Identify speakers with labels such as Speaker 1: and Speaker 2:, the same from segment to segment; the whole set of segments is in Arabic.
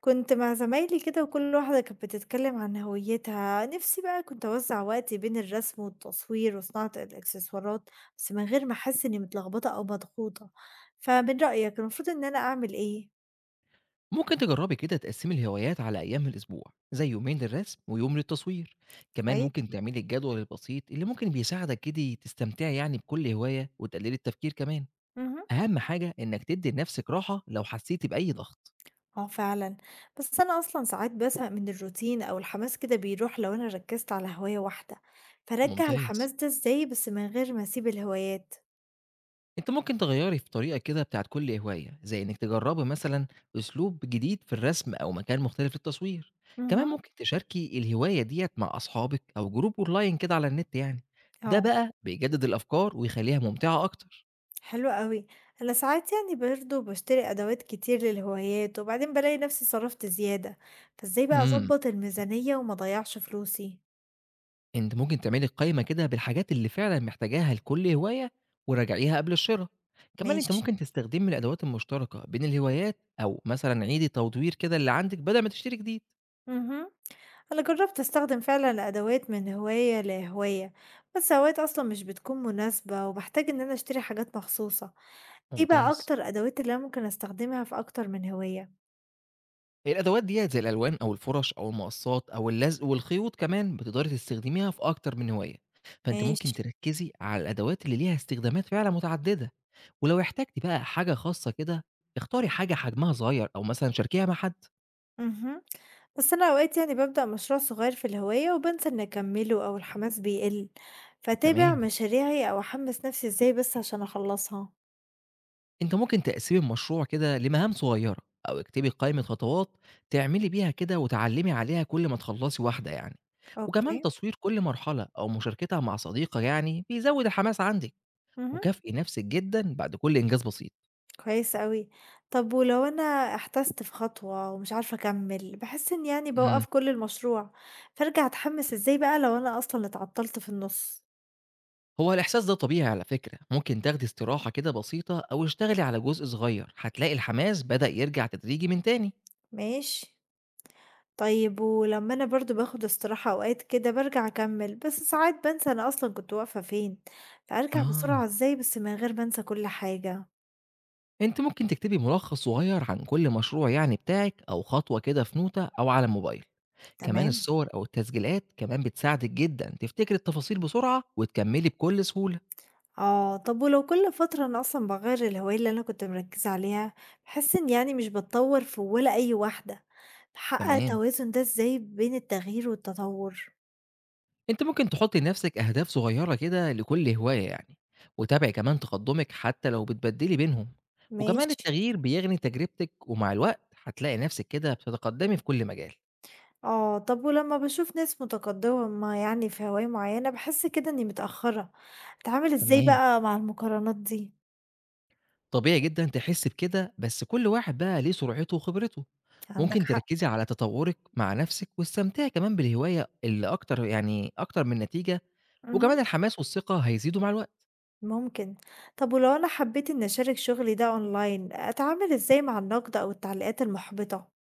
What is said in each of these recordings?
Speaker 1: كنت مع زمايلي كده وكل واحدة كانت بتتكلم عن هويتها، نفسي بقى كنت أوزع وقتي بين الرسم والتصوير وصناعة الإكسسوارات، بس من غير ما أحس إني متلخبطة أو مضغوطة. فمن رأيك المفروض إن أنا أعمل إيه؟
Speaker 2: ممكن تجربي كده تقسمي الهوايات على أيام في الأسبوع، زي يومين للرسم ويوم للتصوير. كمان
Speaker 1: كويس؟
Speaker 2: ممكن تعملي الجدول البسيط اللي ممكن بيساعدك كده تستمتعي يعني بكل هواية وتقللي التفكير كمان.
Speaker 1: مهم.
Speaker 2: أهم حاجة إنك تدي لنفسك راحة لو حسيتي بأي ضغط.
Speaker 1: اه فعلا. بس أنا أصلا ساعات بزهق من الروتين أو الحماس كده بيروح لو أنا ركزت على هواية واحدة، فرجع
Speaker 2: ممتاز.
Speaker 1: الحماس ده إزاي بس من غير ما أسيب الهوايات؟
Speaker 2: أنتِ ممكن تغيّري في طريقة كده بتاعة كل هواية، زي إنِّك تجرّبي مثلًا أسلوب جديد في الرسم أو مكان مختلف للتصوير. كمان
Speaker 1: مهم.
Speaker 2: ممكن تشاركي الهواية ديّة مع أصحابِك أو group online كده على النت يعني. ده
Speaker 1: اه.
Speaker 2: بقى بيجدد الأفكار ويخلّيها ممتعة أكتر.
Speaker 1: حلو أوي، أنا ساعات يعني برضه باشتري أدوات كتير للهوايات وبعدين بالاقي نفسي صرفت زيادة، فإزاي بقى
Speaker 2: إمم،
Speaker 1: أضبط الميزانية وما أضيعش فلوسي؟
Speaker 2: أنتِ ممكن تعملي قايمة كده بالحاجات اللي فعلًا محتاجاها لكل هواية وراجعيها قبل الشرا. كمان أنتِ
Speaker 1: ماشي،
Speaker 2: ممكن تستخدمي الأدوات المشتركة بين الهوايات أو مثلًا عيدي تطوير كده اللي عندِك بدل ما تشتري جديد.
Speaker 1: اهم، أنا جربت أستخدم فعلًا أدوات من هواية لهواية، بس أوقات أصلًا مش بتكون مناسبة وباحتاج إن أنا أشتري حاجات مخصوصة. إيه بقى
Speaker 2: ممتاز.
Speaker 1: أكتر أدوات اللي أنا ممكن أستخدمها في أكتر من هواية؟
Speaker 2: هي الأدوات ديّة زي الألوان أو الفُرَش أو المقصّات أو اللزق والخيوط كمان بتقدري تستخدميها في أكتر من هواية، فأنتِ
Speaker 1: ماشي.
Speaker 2: ممكن تركّزي على الأدوات اللي ليها استخدامات فعلًا متعددة. ولو احتجتِ بقى حاجة خاصة كده، اختاري حاجة حجمها صغير أو مثلًا شاركيها مع حد.
Speaker 1: اهم. بس أنا أوقات يعني بابدأ مشروع صغير في الهواية وبانسى إني أكمله أو الحماس بيقل، فأتابع
Speaker 2: تمام،
Speaker 1: مشاريعي أو أحمس نفسي إزاي بس عشان أخلصها؟
Speaker 2: أنتِ ممكن تقسّمي المشروع كده لمهام صغيّرة أو اكتبي قائمة خطوات تعملي بيها كده وتعلّمي عليها كل ما تخلّصي واحدة يعني. وكمان
Speaker 1: أوكي.
Speaker 2: تصوير كل مرحلة أو مشاركتها مع صديقة يعني بيزوّد الحماس عندِك.
Speaker 1: اهم.
Speaker 2: وكافئي نفسِك جدًا بعد كل إنجاز بسيط.
Speaker 1: كويس أوي. طب ولو أنا احتست في خطوة ومش عارفة أكمل بحس إن يعني
Speaker 2: إمم.
Speaker 1: بوقف كل المشروع، فأرجع أتحمس إزاي بقى لو أنا أصلا اتعطلت في النص؟
Speaker 2: هو الإحساس ده طبيعي على فكرة، ممكن تاخدي استراحة كده بسيطة أو اشتغلي على جزء صغير، هتلاقي الحماس بدأ يرجع تدريجي من تاني.
Speaker 1: ماشي. طيب ولما أنا برضه باخد استراحة أوقات كده بارجع أكمّل، بس ساعات بانسى أنا أصلًا كنت واقفة فين، فأرجع
Speaker 2: آه.
Speaker 1: بسرعة إزاي بس من غير ما أنسى كل حاجة؟
Speaker 2: أنتِ ممكن تكتبي ملخص صغير عن كل مشروع يعني بتاعِك أو خطوة كده في نوتة أو على الموبايل. كمان
Speaker 1: تمام.
Speaker 2: الصور أو التسجيلات كمان بتساعدِك جدًا تفتكري التفاصيل بسرعة وتكمّلي بكل سهولة.
Speaker 1: آه، طب ولو كل فترة أنا أصلًا باغيّر الهواية اللي أنا كنت مركّزة عليها، باحس إني يعني مش باتطوّر في ولا أي واحدة، أحقق
Speaker 2: تمام.
Speaker 1: التوازن ده إزاي بين التغيير والتطوّر؟
Speaker 2: أنتِ ممكن تحطّي لنفسِك أهداف صغيّرة كده لكل هواية يعني، وتابعي كمان تقدُّمِك حتى لو بتبدّلي بينهم. وكمان
Speaker 1: ماشي.
Speaker 2: التغيير بيغني تجربتِك، ومع الوقت هتلاقي نفسِك كده بتتقدّمي في كل مجال.
Speaker 1: آه، طب ولما باشوف ناس متقدّمة يعني في هواية معيّنة باحس كده إني متأخّرة، أتعامل إزاي
Speaker 2: تمام،
Speaker 1: بقى مع المقارنات دي؟
Speaker 2: طبيعي جدًا تحسّي بكده، بس كل واحد بقى ليه سرعته وخبرته.
Speaker 1: عندك
Speaker 2: ممكن
Speaker 1: حق.
Speaker 2: تركّزي على تطوّرِك مع نفسِك واستمتعي كمان بالهواية اللي أكتر يعني أكتر من نتيجة،
Speaker 1: اهم،
Speaker 2: وكمان الحماس والثقة هيزيدوا مع الوقت.
Speaker 1: ممكن. طب ولو أنا حبيت إني أشارك شغلي ده أونلاين، أتعامل إزاي مع النقد أو التعليقات المحبطة؟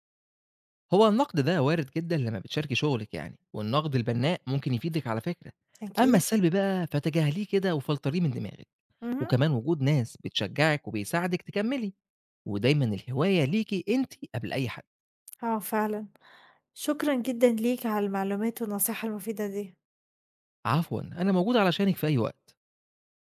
Speaker 2: هو النقد ده وارد جدًا لمّا بتشاركي شغلِك يعني، والنقد البناء ممكن يفيدِك على فكرة. أمّا
Speaker 1: أكيد.
Speaker 2: السلبي بقى فتجاهليه كده وفلتريه من دماغِك،
Speaker 1: اهم،
Speaker 2: وكمان وجود ناس بتشجعِك وبيساعدِك تكمّلي. ودايمًا الهواية ليكِ أنتِ قبل أي حد.
Speaker 1: آه فعلًا. شكرًا جدًا ليك على المعلومات والنصيحة المفيدة دي.
Speaker 2: عفوًا، أنا موجود علشانِك في أي وقت.